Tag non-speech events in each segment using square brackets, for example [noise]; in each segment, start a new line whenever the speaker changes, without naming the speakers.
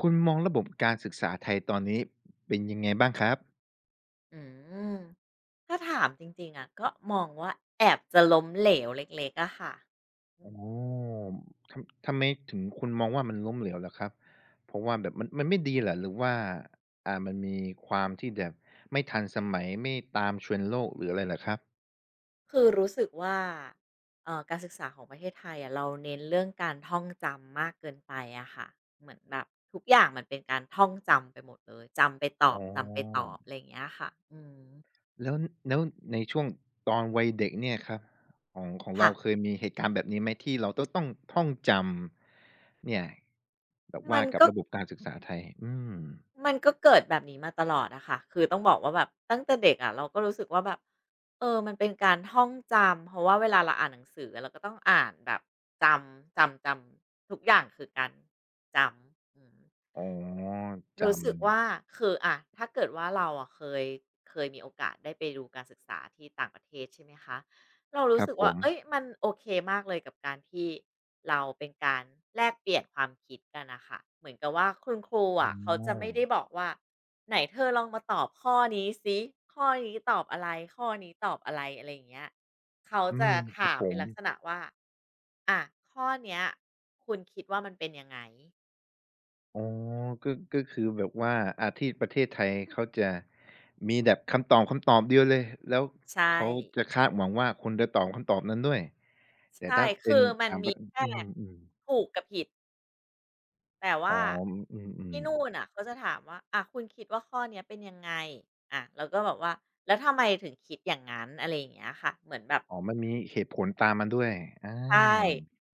คุณมองระบบการศึกษาไทยตอนนี้เป็นยังไงบ้างครับ
อืมถ้าถามจริงๆอะก็มองว่าแอบจะล้มเหลวเล็กๆอะค่ะอื
อ๋
ม
อทำไมถึงคุณมองว่ามันล้มเหลวล่ะครับ เพราะว่าแบบมันไม่ดีเหรอหรือว่ามันมีความที่แบบไม่ทันสมัยไม่ตาม trend โลกหรืออะไรเหรอครับ
คือรู้สึกว่าการศึกษาของประเทศไทยอะเราเน้นเรื่องการท่องจำมากเกินไปอะค่ะเหมือนแบบทุกอย่างมันเป็นการท่องจำไปหมดเลยจำไปตอ
อ๋
บ
อ
จำไปตอบอะไรอย่างเงี้ยค่ะ
แล้วแล้วในช่วงตอนวัยเด็กเนี่ยครับของเรา
ค่ะ
เคยมีเหตุการณ์แบบนี้ไหมที่เราจะต้องท่องจำเนี่ยแบบ
มั
ว่า
น
กับ
ก็
ระบบการศึกษาไทยอืม
มันก็เกิดแบบนี้มาตลอดอะค่ะคือต้องบอกว่าแบบตั้งแต่เด็กอะเราก็รู้สึกว่าแบบเออมันเป็นการท่องจำเพราะว่าเวลาเราอ่านหนังสือเราก็ต้องอ่านแบบจำจำจำทุกอย่างคือการจำ
อ๋อ
รู้
จำ
สึกว่าคืออะถ้าเกิดว่าเราอะเคยมีโอกาสได้ไปดูการศึกษาที่ต่างประเทศใช่ไหมคะเรา
ค
รู้
รับ
สึก
ผ
ว่า
ม
เอ้ยมันโอเคมากเลยกับการที่เราเป็นการแลกเปลี่ยนความคิดกันนะคะเหมือนกับว่าคุณครูอะเขา
อ๋อ
จะไม่ได้บอกว่าไหนเธอลองมาตอบข้อนี้สิข้อนี้ตอบอะไรข้อนี้ตอบอะไรอะไรอย่างเงี้ยเขา
อื
จะ
มครับ
ถาม
ผ
เป็น
ม
ลักษณะว่าอะข้อเนี้ยคุณคิดว่ามันเป็นยังไง
อ๋อก็คือแบบว่าอ่าที่ประเทศไทยเขาจะมีแบบคำตอบเดียวเลย แล้ว
ใช่
เขาจะคาดหวังว่าคุณจะตอบคำตอบนั้นด้วย แต่
ใช่
ถ้า
คื
เป็
อ
น
มัน
ต่างป
มี
ระ
แค่
อืมๆ
ถูกกับผิด แต่
อ๋อ
ว่า
อืม
ที่นู่น
ๆ
น่ะเขาจะถามว่าอ่าคุณคิดว่าข้อเนี้ยเป็นยังไงอ่าเราก็แบบว่าแล้วทำไมถึงคิดอย่างงั้นอะไรอย่างเงี้ยค่ะเหมือนแบบ
อ๋อมันมีเหตุผลตามมาด้วยอา
ใช่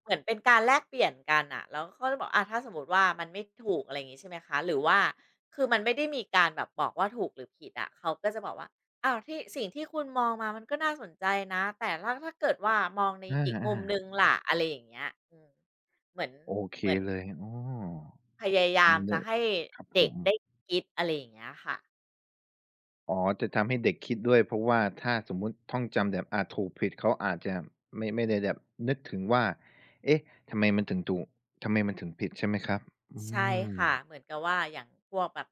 เหมือนเป็นการแลกเปลี่ยนกันน่ะแล้วเขาจะบอกอ่าถ้าสมมุติว่ามันไม่ถูกอะไรอย่างงี้ใช่ไหมคะหรือว่าคือมันไม่ได้มีการแบบบอกว่าถูกหรือผิดอะเขาก็จะบอกว่าอ้าวที่สิ่งที่คุณมองมามันก็น่าสนใจนะแต่ถ้าถ้าเกิดว่ามองใน
อ
อีกมุมหนึ่ง
า
ล่ะอะไรอย่างเงี้ยเหมือน
ๆโอเคเลยอ้อ
พยายาม
มันเล
จะ
ย
ให้
ครับผ
เด็ก
ม
ได้คิดอะไรอย่างเงี้ยค่ะ
อ๋อจะทำให้เด็กคิดด้วยเพราะว่าถ้าสมมุติท่องจำแบบถูกผิดเขาอาจจะไม่ได้แบบนึกถึงว่าเอ๊ะทำไมมันถึงถูกทำไมมันถึงผิดใช่ไหมครับอื
ใช่
ม
ค่ะเหมือนกับว่าอย่างพวกแบบ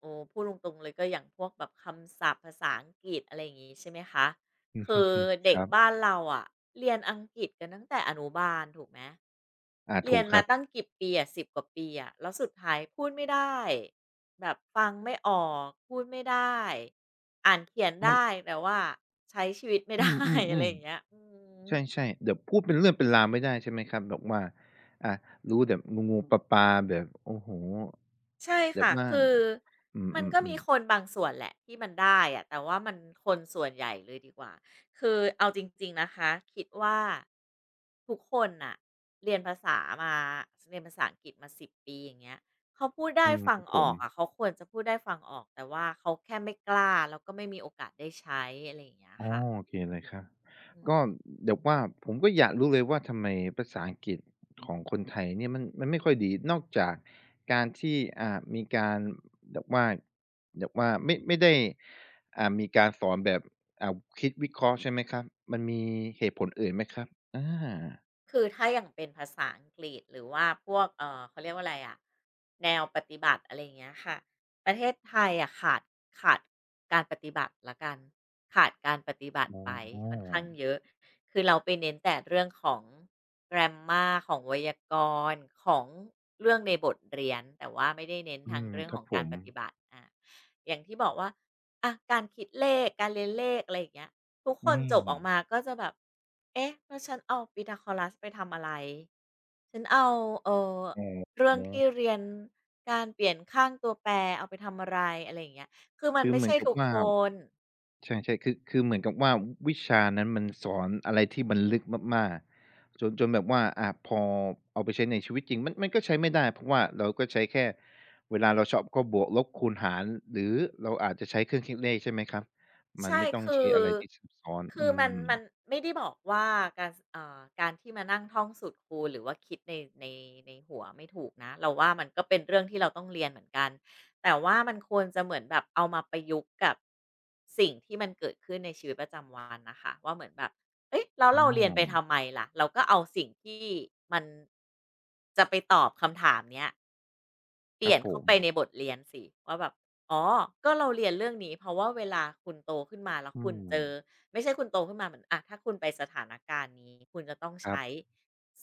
โอ้พูดตรงๆเลยก็อย่างพวกแบบคำศัพท์ภาษาอังกฤษอะไรอย่างงี้ใช่ไหมคะคือ
[laughs] ค
เด็ก
รั
บ้า
บ
นเราอะเรียนอังกฤษกันตั้งแต่อนุบาลถูกไหม
อา
เรี
ถู
ยน
กค
มา
รับ
ตั้งกี่ปีอะ10 กว่าปีอะแล้วสุดท้ายพูดไม่ได้แบบฟังไม่ออกพูดไม่ได้อ่านเขียน
มัน
ได้แต่ว่าใช้ชีวิตไม่
อื
ได้ [laughs] อะไร
ม
อย่างเงี้ย
ๆ
อืม
ๆใช่ๆเดี๋ยวพูดเป็นเรื่องเป็นราวไม่ได้ใช่ไหมครับแบบว่าอ่ารู้แบบงูๆปลาๆแบบโอ้โฮ
ใช่
แบบ
ค่ะ
ว่า
คือ
อื
มันก็
ม
มี
ๆๆ
คนบางส่วนแหละที่มันได้อะแต่ว่ามันคนส่วนใหญ่เลยดีกว่าคือเอาจริงๆนะคะคิดว่าทุกคนน่ะเรียนภาษามาเรียนภาษาอังกฤษมา10 ปีอย่างเงี้ยเขาพูดได้
อืม
ฟั
ค
ง
รับผ
อ
ม
อกอะเขาควรจะพูดได้ฟังออกแต่ว่าเขาแค่ไม่กล้าแล้วก็ไม่มีโอกาสได้ใช้อะไรอย่างเงี้ย
อ๋อ
ค่ะ
โอเคเลยครับ
อืม
ก็เดี๋ยวว่าผมก็อยากรู้เลยว่าทำไมภาษาอังกฤษของคนไทยเนี่ยมันไม่ค่อยดีนอกจากการที่มีการแบบว่าแบบว่าไม่ได้มีการสอนแบบอ่าคิดวิเคราะห์ใช่ไหมครับมันมีเหตุผลอื่นไหมครับอา
คือถ้าอย่างเป็นภาษาอังกฤษหรือว่าพวกเขาเรียกว่าอะไรอะแนวปฏิบัติอะไรอย่างเงี้ยค่ะประเทศไทยอะขาดการปฏิบัติละกันขาดการปฏิบัติ
อ๋
ไปค่อน
อ
ข้างเยอะคือเราไปเน้นแต่เรื่องของ grammar ของไวยากรณ์ของเรื่องในบทเรียนแต่ว่าไม่ได้เน้น
อื
ทาง
ม
เรื่อง
ค
ข
รับ
อง
ผ
การ
ม
ปฏิบัติอะอย่างที่บอกว่าอะการคิดเลขการเรียนเลขอะไรอย่างเงี้ย ทุกค
อื
น
ม
จบออกมาก็จะแบบ เอ๊ะแล้วฉันเอา p ีทา a g รัสไปทำอะไร ฉันเอา เอ่อ
อ๋อ
เรื่องที่เรียนการเปลี่ยนข้างตัวแปรเอาไปทำอะไรอะไรอย่างเงี้ยคือมัน
คือ
ไม่
เหมือ
ใช่
นกับ
ทุก
ว่า
คน
ใช่ๆคือเหมือนกับว่าวิชานั้นมันสอนอะไรที่มันลึกมากๆจนจนแบบว่าอาพอเอาไปใช้ในชีวิตจริงมันก็ใช้ไม่ได้เพราะว่าเราก็ใช้แค่เวลาเราชอบก็บวกลบคูณหารหรือเราอาจจะใช้เครื่องคิดเลขใช่ไหมครับมัน
ใช่
ไม่ต้อง
คื
ใช้
อ
อะไรที่ซับซ้อนอื
คือมัน
ม
ไม่ได้บอกว่าการสอ่าการที่มานั่งท่องสูตรคูณหรือว่าคิดในในในหัวไม่ถูกนะเราว่ามันก็เป็นเรื่องที่เราต้องเรียนเหมือนกันแต่ว่ามันควรจะเหมือนแบบเอามาประยุกต์กับสิ่งที่มันเกิดขึ้นในชีวิตประจำวันน่ะค่ะว่าเหมือนแบบเฮ้ยแล้ว
อ๋อ
เราเรียนไปทำไมล่ะเราก็เอาสิ่งที่มันจะไปตอบคำถามเนี้ย เป
ค
ลี่
รั
ย
บ
น
ผ
เข้า
ม
ไปในบทเรียนสิว่าแบบอ๋อก็เราเรียนเรื่องนี้เพราะว่าเวลาคุณโตขึ้นมาแล้ว
อื
คุณเจอ
ม
ไม่ใช่คุณโตขึ้นมาเหมือนอะถ้าคุณไปสถานการณ์นี้คุณจะต้อง
ครั
ใช้
บ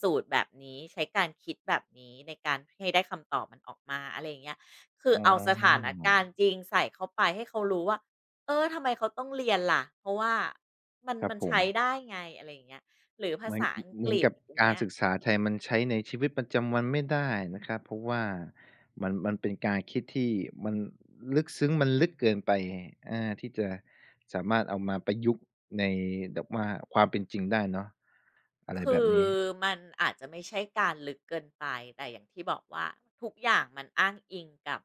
สูตรแบบนี้ใช้การคิดแบบนี้ในการให้ได้คำตอบมันออกมาอะไรอย่างเงี้ยคือ
อ๋
เอาสถาน
อ
การณ์จริงใส่เข้าไปให้เขารู้ว่าเออทำไมเขาต้องเรียนล่ะเพราะว่ามัน
ครับ
มัน
ผม
ใช้ได้ไงอะไรอย่างเงี้ยหรือภา
เหมือน
ษาอัง
เห
ก
มือน
ฤษ
กับ
อย่าง
การ
เงี้ย
ศึกษาไทยมันใช้ในชีวิตประจำวันไม่ได้นะครับเพราะว่ามันเป็นการคิดที่มันลึกซึ้งมันลึกเกินไปอาที่จะสามารถเอามาประยุกต์ในแบบว่าความเป็นจริงได้เนาะอะไรแบ
คื
บ
อ
นี้
มันอาจจะไม่ใช่การลึกเกินไปแต่อย่างที่บอกว่าทุกอย่างมันอ้างอิงกับ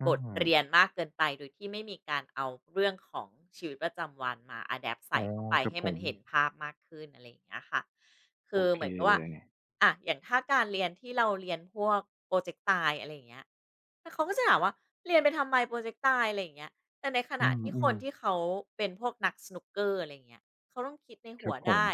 อ
บทเรีย
า
นมากเกินไปโดยที่ไม่มีการเอาเรื่องของชีวิตประจำวันมา Adapt ใส่
อ๋อ
เข้าไป
ครับ
ให้
ผ
มัน
ม
เห็นภาพมากขึ้นอะไรอย่างเงี้ยค่ะ
โอ
คือ
เค
เหมือนกับ
เล
ว่า
ย
อะอย่างถ้าการเรียนที่เราเรียนพวกโปรเจกต์ตายอะไรอย่างเงี้ยแล้วเขาก็จะถามว่าเรียนไปทำไมโปรเจกต์ตายอะไรอย่างเงี้ยแต่ในข
อื
ณะที่คนที่
ม
เขาเป็นพวกนักสนุกเกอร์อะไรอย่างเงี้ยเขาต้องคิดใน
ๆค
หั
รั
ว
บผม
ได้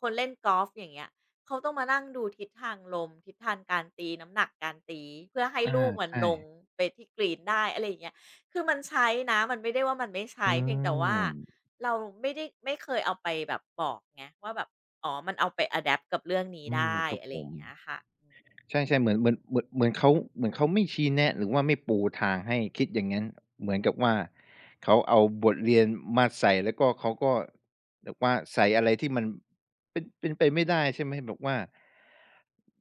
คนเล่นกอล์ฟอย่างเงี้ยเขาต้องมานั่งดูทิศทางลมทิศทางการตีน้ำหนักการตีเพื่อให้
อา
ลูกมัน
ใช่
ลงไปที่กรีนได้อะไรอย่างเงี้ยคือมันใช้นะมันไม่ได้ว่ามันไม่
อื
ใช้เพียงแต่ว่า
ม
เราไม่ได้ไม่เคยเอาไปแบบบอกไงว่าแบบอ๋อมันเอาไปอะแดปต์กับเรื่องนี้
อืม
ได้
ครับ
อะไร
ผ
อ
ม
ย่างเงี้ยค่ะอืม
ใช่ๆเหมือนเหมือนเหมือนเหมือนเขาเหมือนเขาไม่ชี้แนะหรือว่าไม่ปูทางให้คิดอย่างงั้นเหมือนกับว่าเขาเอาบทเรียนมาใส่แล้วก็เขาก็แบบว่าใส่อะไรที่มันเป็นไปไม่ได้ใช่ไหมแบบว่า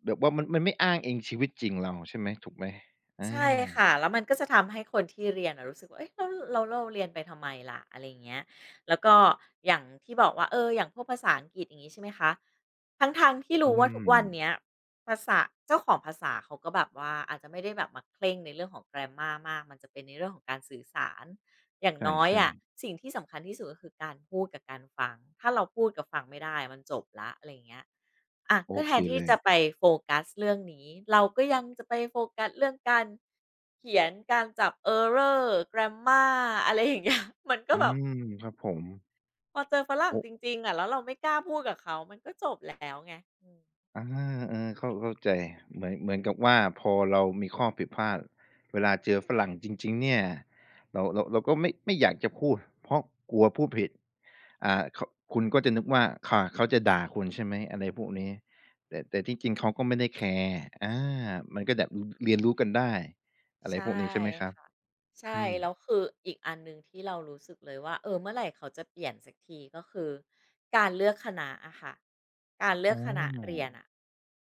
แบบว่ามันไม่อ้างอิงชีวิตจริงเราใช่ไหมถูกไหมอา
ใช่ค่ะแล้วมันก็จะทำให้คนที่เรียนอะรู้สึกว่าเอ๊ะเร้วแลเราเรียนไปทำไมล่ะอะไรอย่างเงี้ยแล้วก็อย่างที่บอกว่าเอออย่างพวกภาษาอังกฤษอย่างงี้ใช่ไหมคะทั้งๆที่
อื
รู้ว่าทุก
ม
วันเนี้ยภาษาเจ้าของภาษาเขาก็แบบว่าอาจจะไม่ได้แบบมาเคร่งในเรื่องของ grammar มากมันจะเป็นในเรื่องของการสื่อสารอย่างน้อย
ใช่
อะสิ่งที่สำคัญที่สุดก็คือการพูดกับการฟังถ้าเราพูดกับฟังไม่ได้มันจบแล้วอะไรอย่างเงี้ย อ่ะ
ๆโอ
ก็แท
เค
นที่
เลย
จะไปโฟกัสเรื่องนี้เราก็ยังจะไปโฟกัสเรื่องการเขียนการจับ Error Grammar อะไรอย่างเงี้ย [laughs] มันก็
อื
แบบ
มครับผม
พอเจอฝรั่
โอ
งจ
้
ริงๆอะแล้วเราไม่กล้าพูดกับเขามันก็จบแล้วไงอืม
อาเออเข้าใจเหมือนเหมือนกับว่าพอเรามีข้อผิดพลาดเวลาเจอฝรั่งจริงๆเนี่ยเราก็ไม่อยากจะพูดเพราะกลัวพูดผิดเขาคุณก็จะนึกว่าค่ะเขาจะด่าคุณใช่ไหมอะไรพวกนี้แต่แต่ที่จริงเขาก็ไม่ได้แคร์อามันก็แบบรเรียนรู้กันได้อะไร
ใช่
พวกนี้ใช่ไหมครับ
ค่ะใช่
อืม
แล้วคืออีกอันหนึ่งที่เรารู้สึกเลยว่าเออเมื่อไหร่เขาจะเปลี่ยนสักทีก็คือการเลือกคณะอะค่ะการเลื
อ๋
อก
อ
คณะเรียนอะ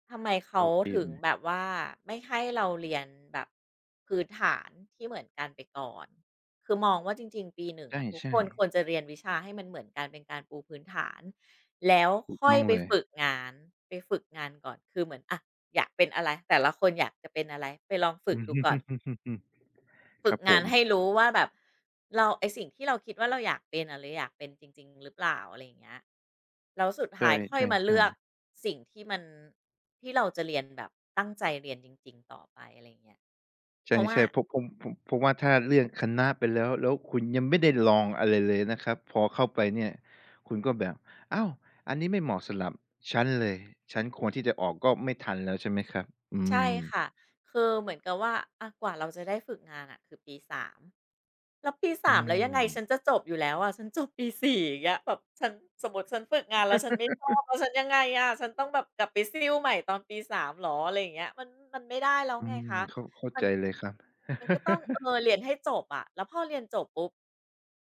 ทำไมเขา
โอเค
ถึง
เลย
แบบว่าไม่ให้เราเรียนแบบพื้นฐานที่เหมือนกันไปก่อนคือมองว่าจริงๆปีหนึ่งอะทุกค
ใช่
นควรจะเรียนวิชาให้มันเหมือนกันเป็นการปูพื้นฐานแล้ว
ๆถูก
ค่อ
ต้
ย
อง
ไป
เลย
ฝึกงานไปฝึกงานก่อนคือเหมือนอะอยากเป็นอะไรแต่ละคนอยากจะเป็นอะไรไปลองฝึกดูก่อน
[laughs] ค
ฝึ
รั
ก
บผ
งาน
ม
ให้รู้ว่าแบบเราไอสิ่งที่เราคิดว่าเราอยากเป็นอะเราออยากเป็นจริงๆหรือเปล่าอะไรอย่างเงี้ยแล้วสุดท้ายค่อ
ใช
ยมาเลื
่
อก
ๆๆ
สิ่งที่มันที่เราจะเรียนแบบตั้งใจเรียนจริงๆต่อไปอะไรอย่างเงี้ยเพราะว่า
ใช่ๆเพราะผมเพราะว่าถ้าเลือกคณะไปแล้วแล้วคุณยังไม่ได้ลองอะไรเลยนะครับพอเข้าไปเนี่ยคุณก็แบบอ้าวอันนี้ไม่เหมาะสำหรับฉันเลยฉันควรที่จะออกก็ไม่ทันแล้วใช่ไหมครับอื
ใช่
ม
ค่ะคือเหมือนกับว่าอะกว่าเราจะได้ฝึกงานอะคือปี3แล้วปี
อื
3แล้วยังไงฉัน
ม
จะจบอยู่แล้วอะฉันจบปีสี่อย่างเงี้ยแบบฉันสมมุติฉันฝึกงานแล้วฉันไม่ชอบแล้วฉันยังไงอะฉันต้องแบบกลับไปซิ่วใหม่ตอนปี3เหรออะไรอย่างเงี้ยมันไม่ได้แล้ว
อื
ไง
ม
คะ
เข้าเข้า
มั
ใจ
น
เลยครับ
มันก็ต้องเอ
[laughs]
อเรียนให้จบอะแล้วพอเรียนจบปุ๊บ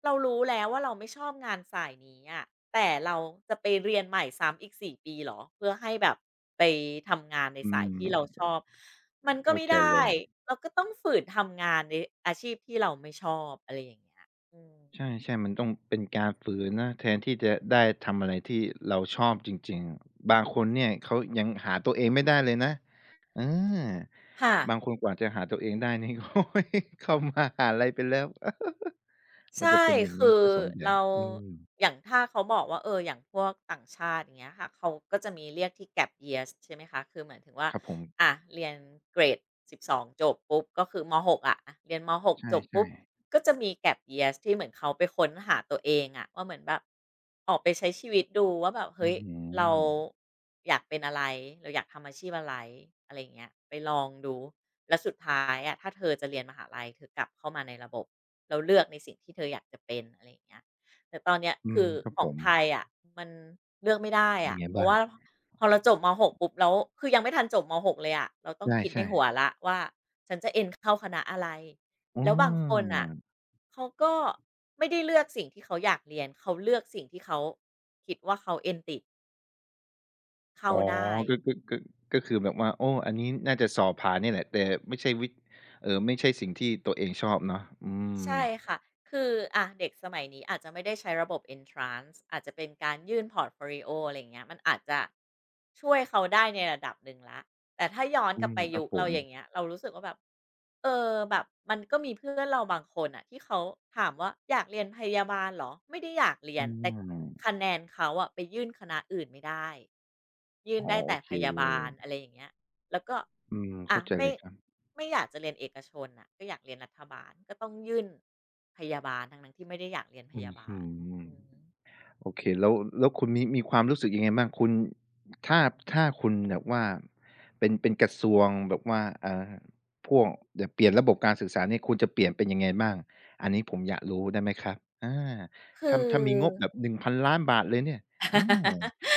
เรารู้แล้วว่าเราไม่ชอบงานสายนี้อะแต่เราจะไปเรียนใหม่ซ้ำอีกสี่ปีเหรอเพื่อให้แบบไปทำงานใน
อื
สายที่เรา
ม
ชอบมันก็
เข้า
ไม่
ใจเล
ได้
ย
เราก็ต้องฝืนทำงานในอาชีพที่เราไม่ชอบอะไรอย่างเงี้ยอืม
ใช่ๆมันต้องเป็นการฝืนนะแทนที่จะได้ทำอะไรที่เราชอบจริงๆ บางคนเนี่ยเขายังหาตัวเองไม่ได้เลยนะอา
ค่ะ
บางคนกว่าจะหาตัวเองได้นี่ [laughs] โอ๊ยเข้ามหาลัยไปแล้ว [laughs] มันจะ
ใช่
เป็นอย่างงี้
คือ
เสียส่วนใหญ่
เรา
อืม
อย่างถ้าเขาบอกว่าเอออย่างพวกต่างชาติอย่างเงี้ยค่ะเขาก็จะมีเรียกที่ Gap Years ใช่ไหมคะคือหมายถึงว่า
ครับผม
เรียนเกรด12จบปุ๊บก็คือมหกอะอะเรียนมหก
ใ
จบ
ช่
ปุ๊บ
ๆ
ก็จะมี Gap Years ที่เหมือนเขาไปค้นหาตัวเองอะว่าเหมือนแบบออกไปใช้ชีวิตดูว่าแบบ
อื้
เฮ้
อ
ย
ฮือ
เราอยากเป็นอะไรเราอยากทำอาชีพอะไรอะไรอย่างเงี้ยไปลองดูแล้วสุดท้ายอะถ้าเธอจะเรียนมหาลัยเธอกลับเข้ามาในระบบ เราเลือกในสิ่งที่เธออยากจะเป็นอะไรอย่างเงี้ยแต่ตอนเนี้ย
อื
คื
ม
อ
ครับ
ข
ผ
อง
ม
ไทยอะมันเลือกไม่ได้
เป็น
อะ
ไง
เพราะ
บ้าง
ว่าพอเราจบม6ปุ๊บแล้วคือยังไม่ทันจบม6เลยอะเราต้องคิดใน
ใช่
หัวแล้วว่าฉันจะเอนเข้าคณะอะไร
ๆอ๋อ
แล้วบางคนน่ะเขาก็ไม่ได้เลือกสิ่งที่เขาอยากเรียนเขาเลือกสิ่งที่เขาคิดว่าเขาเอนติดเข้า
อ๋อ
ได้
ก็ก็ก็ก็คือแบบว่าโอ้อันนี้น่าจะสอบผ่านเนี่ยแหละ แต่ไม่ใช่วิไม่ใช่สิ่งที่ตัวเองชอบเนาะอืม
ใช่ค่ะ คืออะเด็กสมัยนี้อาจจะไม่ได้ใช้ระบบ Entrance อาจจะเป็นการยื่นพอร์ตโฟลิโออะไรเงี้ยมันอาจจะช่วยเขาได้ในระดับหนึ่งแล้วแต่ถ้าย้อน
อื
กลับ
ม
ไป
ครับ
ยุค
ผ
เรา
ม
อย่างเงี้ยเรารู้สึกว่าแบบแบบมันก็มีเพื่อนเราบางคนอะที่เขาถามว่าอยากเรียนพยาบาลเหรอไม่ได้อยากเรีย
อ
นแต่
า
คะแนนเขาอะไปยื่นคณะอื่นไม่ได้ยื่น
อ๋อ
ได้
โอ
แต่
เค
พยา
เล
บา
ย
ลอะไรอย่างเงี้ย แล้วก็
อืม
อ่ะ
เข้าใจเล
ไม่
ยครับ
ไม่อยากจะเรียนเอกชนน่ะ ก็อยากเรียนรัฐบาล ก็ต้องยื่นพยาบาลทั้งนั้นที่ไม่ได้อยากเรียนพ
อื้
ยา
อ
บา
ฮื
ล
อ
อืม
โอเคแล้วแล้วคุณมีความรู้สึกยังไงบ้างคุณถ้าถ้าคุณแบบว่าเป็นกระทรวงแบบว่าอ่าพวกเดี๋ยวเปลี่ยนระบบการศึกษาเนี่ยคุณจะเปลี่ยนเป็นยังไงบ้างอันนี้ผมอยากรู้ได้ไหมครับอา
คือ
ถ้าถ้ามีงบแบบหนึ่ง1 0 0 0้านบาทเลยเนี่ยอา [laughs]
[laughs]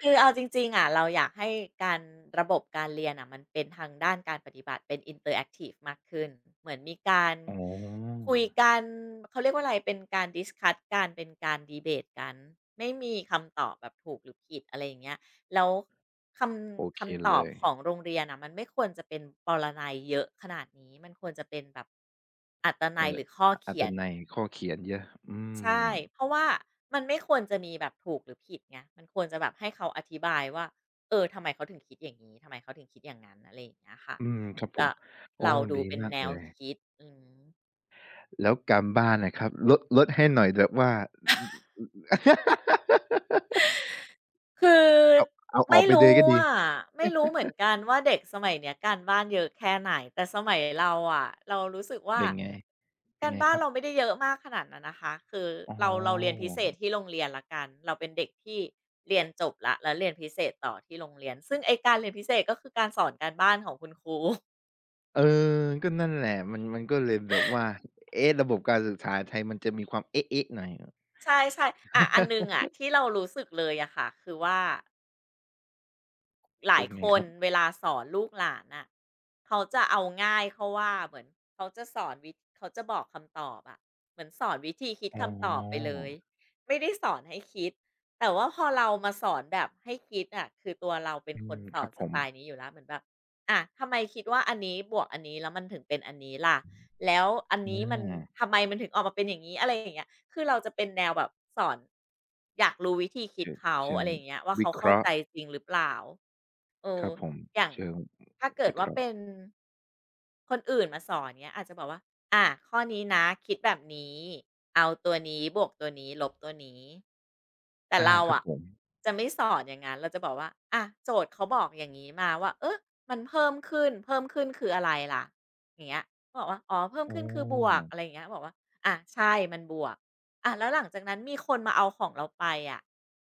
คือเอาจริงๆอะเราอยากให้การระบบการเรียนอะมันเป็นทางด้านการปฏิบัติเป็นอินเตอร์แอคทีฟมากขึ้นเหมือนมีการ
อ๋อ
คุยกันเขาเรียกว่าอะไรเป็นการดิสคัสกันเป็นการดีเบตกันไม่มีคำตอบแบบถูกหรือผิดอะไรอย่างเงี้ยแล้วค
โอ
ำ
เค
คำต
เล
อบ
ย
ของโรงเรียนอ่ะมันไม่ควรจะเป็นปรนัยเยอะขนาดนี้มันควรจะเป็นแบบอรร
เอ
นั
อ
ยหรือข้อ
อรร
เขี
ถ
ยน
นัยข้อเขียนเยอะอืม
ใช่ เพราะว่ามันไม่ควรจะมีแบบถูกหรือผิดไงมันควรจะแบบให้เขาอธิบายว่า เออทำไมเขาถึงคิดอย่างนี้ ทำไมเขาถึงคิดอย่างนั้นอะไรอย่างเงี้ยค่ะ
อืมครับผ
แล้
ม
ว
โอ้
เราดู
ดี
เป็น
มาก
แน
เล
ว
ย
คิดอืม
แล้วกรรมบ้านน่ะครับลดให้หน่อยแบบว่า [laughs]
คือ
เอาเอาออ
ไม่
กไปเลย
รู้
ก็ดี
อะไม่รู้เหมือนกันว่าเด็กสมัยเนี้ยการบ้านเยอะแค่ไหนแต่สมัยเราอะเรารู้สึกว่า
เป็นไงเป็น
การ
ไงค
บ้าน
รับ
เราไม่ได้เยอะมากขนาดนั้นนะคะคือ
อ๋อ
เราเรียนพิเศษที่โรงเรียนแล้วกันเราเป็นเด็กที่เรียนจบแล้วแล้วเรียนพิเศษต่อที่โรงเรียนซึ่งไอการเรียนพิเศษก็คือการสอนการบ้านของคุณครู
เออก็นั่นแหละมันมันก็เลยแบบว่าเอ๊ะระบบการศึกษาไทยมันจะมีความเอ๊ะๆหน่อย
ใช่ใช่อะอันหนึ่งอะที่เรารู้สึกเลยอะค่ะคือว่า หลา
เป็
ย
น
ค
ไงค
น
รับ
เวลาสอนลูกหลานน่ะเขาจะเอาง่ายเขาว่าเหมือนเขาจะสอนวิธีเขาจะบอกคำตอบอะเหมือนสอนวิธีคิด
อ๋
คำตอบไป
อ
เลยไม่ได้สอนให้คิดแต่ว่าพอเรามาสอนแบบให้คิดอะคือตัวเราเป็น
อื
คน
ม
ส
ค
อ
รั
น
บ
ส
ผม
ไตล์นี้อยู่แล้วเหมือนแบบอะทำไมคิดว่าอันนี้บวกอันนี้แล้วมันถึงเป็นอันนี้ล่ะแล้วอัน
อ
นี้มัน
า
ทำไมมันถึงออกมาเป็นอย่างนี้อะไรอย่างเงี้ย คือเราจะเป็นแนวแบบสอนอยากรู้วิธีคิด
เชิง
เขา
เชิ
อะ
ง
ไรอย่างเงี้ยว่า
วิ
เขา
เค
เข้า
ราะ
ใจ
ห์
จริงหรือเปล่าเอ
ค
อ
รับผม
อย่าง
เชิง
ถ้าเกิด
วิเค
ว่า
ราะห์
เป็นคนอื่นมาสอนเงี้ยอาจจะบอกว่าอ่าข้อนี้นะคิดแบบนี้เอาตัวนี้บวกตัวนี้ลบตัวนี้แต่
อา
เรา
ครับ
อะ
ผม
จะไม่สอนอย่างงั้นเราจะบอกว่าอะโจทย์เขาบอกอย่างงี้มาว่าเออมันเพิ่มขึ้นคืออะไรล่ะอย่างเงี้ยบอกว่าอ๋อเพิ่ม
อ๋
ขึ้นคือบวก
อ
อะไรอย่างเงี้ยบอกว่าอาใช่มันบวก อ่ะแล้วหลังจากนั้นมีคนมาเอาของเราไปอะ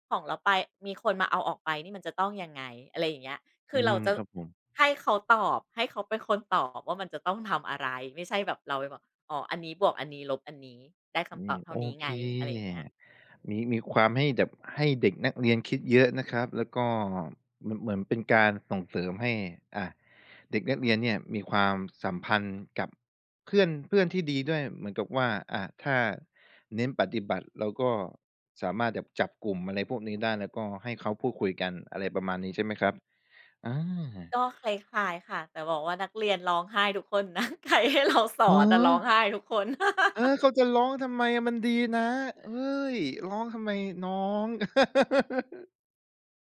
ของเราไปมีคนมาเอาออกไปนี่มันจะต้องยังไงอะไรอย่างเงี้ยคื
อื
อเรา
ม
จะ
ครับผม
ให้เขาตอบให้เขาเป็นคนตอบว่ามันจะต้องทำอะไรไม่ใช่แบบเราไปบอกอ๋ออันนี้บวกอันนี้ลบอันนี้ได้
อื
คำต
ม
อบ
โอ
เท่านี้
เค
ไงอะไรอย่างเงี้ยอืม
มีความให้แบบให้เด็กนักเรียนคิดเยอะนะครับแล้วก็เหมันเหมือนเป็นการส่งเสริมให้อ่าเด็กนักเรียนเนี่ยมีความสัมพันธ์กับเพื่อนเพื่อนที่ดีด้วยเหมือนกับว่าถ้าเน้นปฏิบัติเราก็สามารถแบบจับกลุ่มอะไรพวกนี้ได้แล้วก็ให้เขาพูดคุยกันอะไรประมาณนี้ใช่ไหมครับอาเหรอ
ก็คล้ายๆค่ะแต่บอกว่านักเรียนร้องไห้ทุกคนนะ [laughs] ใครให้เราสอนอะร้องไห้ทุกคน
เออ
[laughs]
เขาจะร้องทำไมอะมันดีนะเฮ้ยร้องทำไมน้อง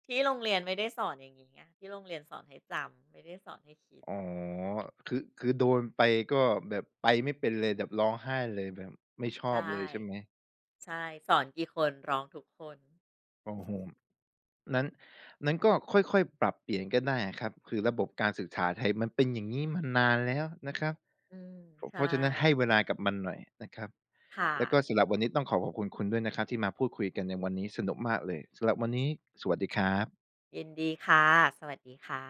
ที่โรงเรียนไม่ได้สอนอย่างงี้ไงที่โรงเรียนสอนให้จำไม่ได้สอนให้คิด
อ๋อคือคือโดนไปก็แบบไปไม่เป็นเลยแบบร้องไห้เลยแบบไม่ชอบเล
ใช่
ยใช่ไหม
ใช่สอนกี่คนร้องทุกคน
โอ้โฮนั้นนั้นก็ค่อยๆปรับเปลี่ยนก็ได้อะครับคือระบบการศึกษาไทยมันเป็นอย่างงี้มานานแล้วนะครับ
อืม
เพราะเพ
ใช่
ราะฉะนั้นให้เวลากับมันหน่อยนะครับ
ค่ะ
แล้วก็สำหรับวันนี้ต้องขอขอบคุณคุณด้วยนะครับที่มาพูดคุยกันในวันนี้สนุกมากเลยสำหรับวันนี้สวัสดีครับ
ยินดีค่ะสวัสดีค่ะ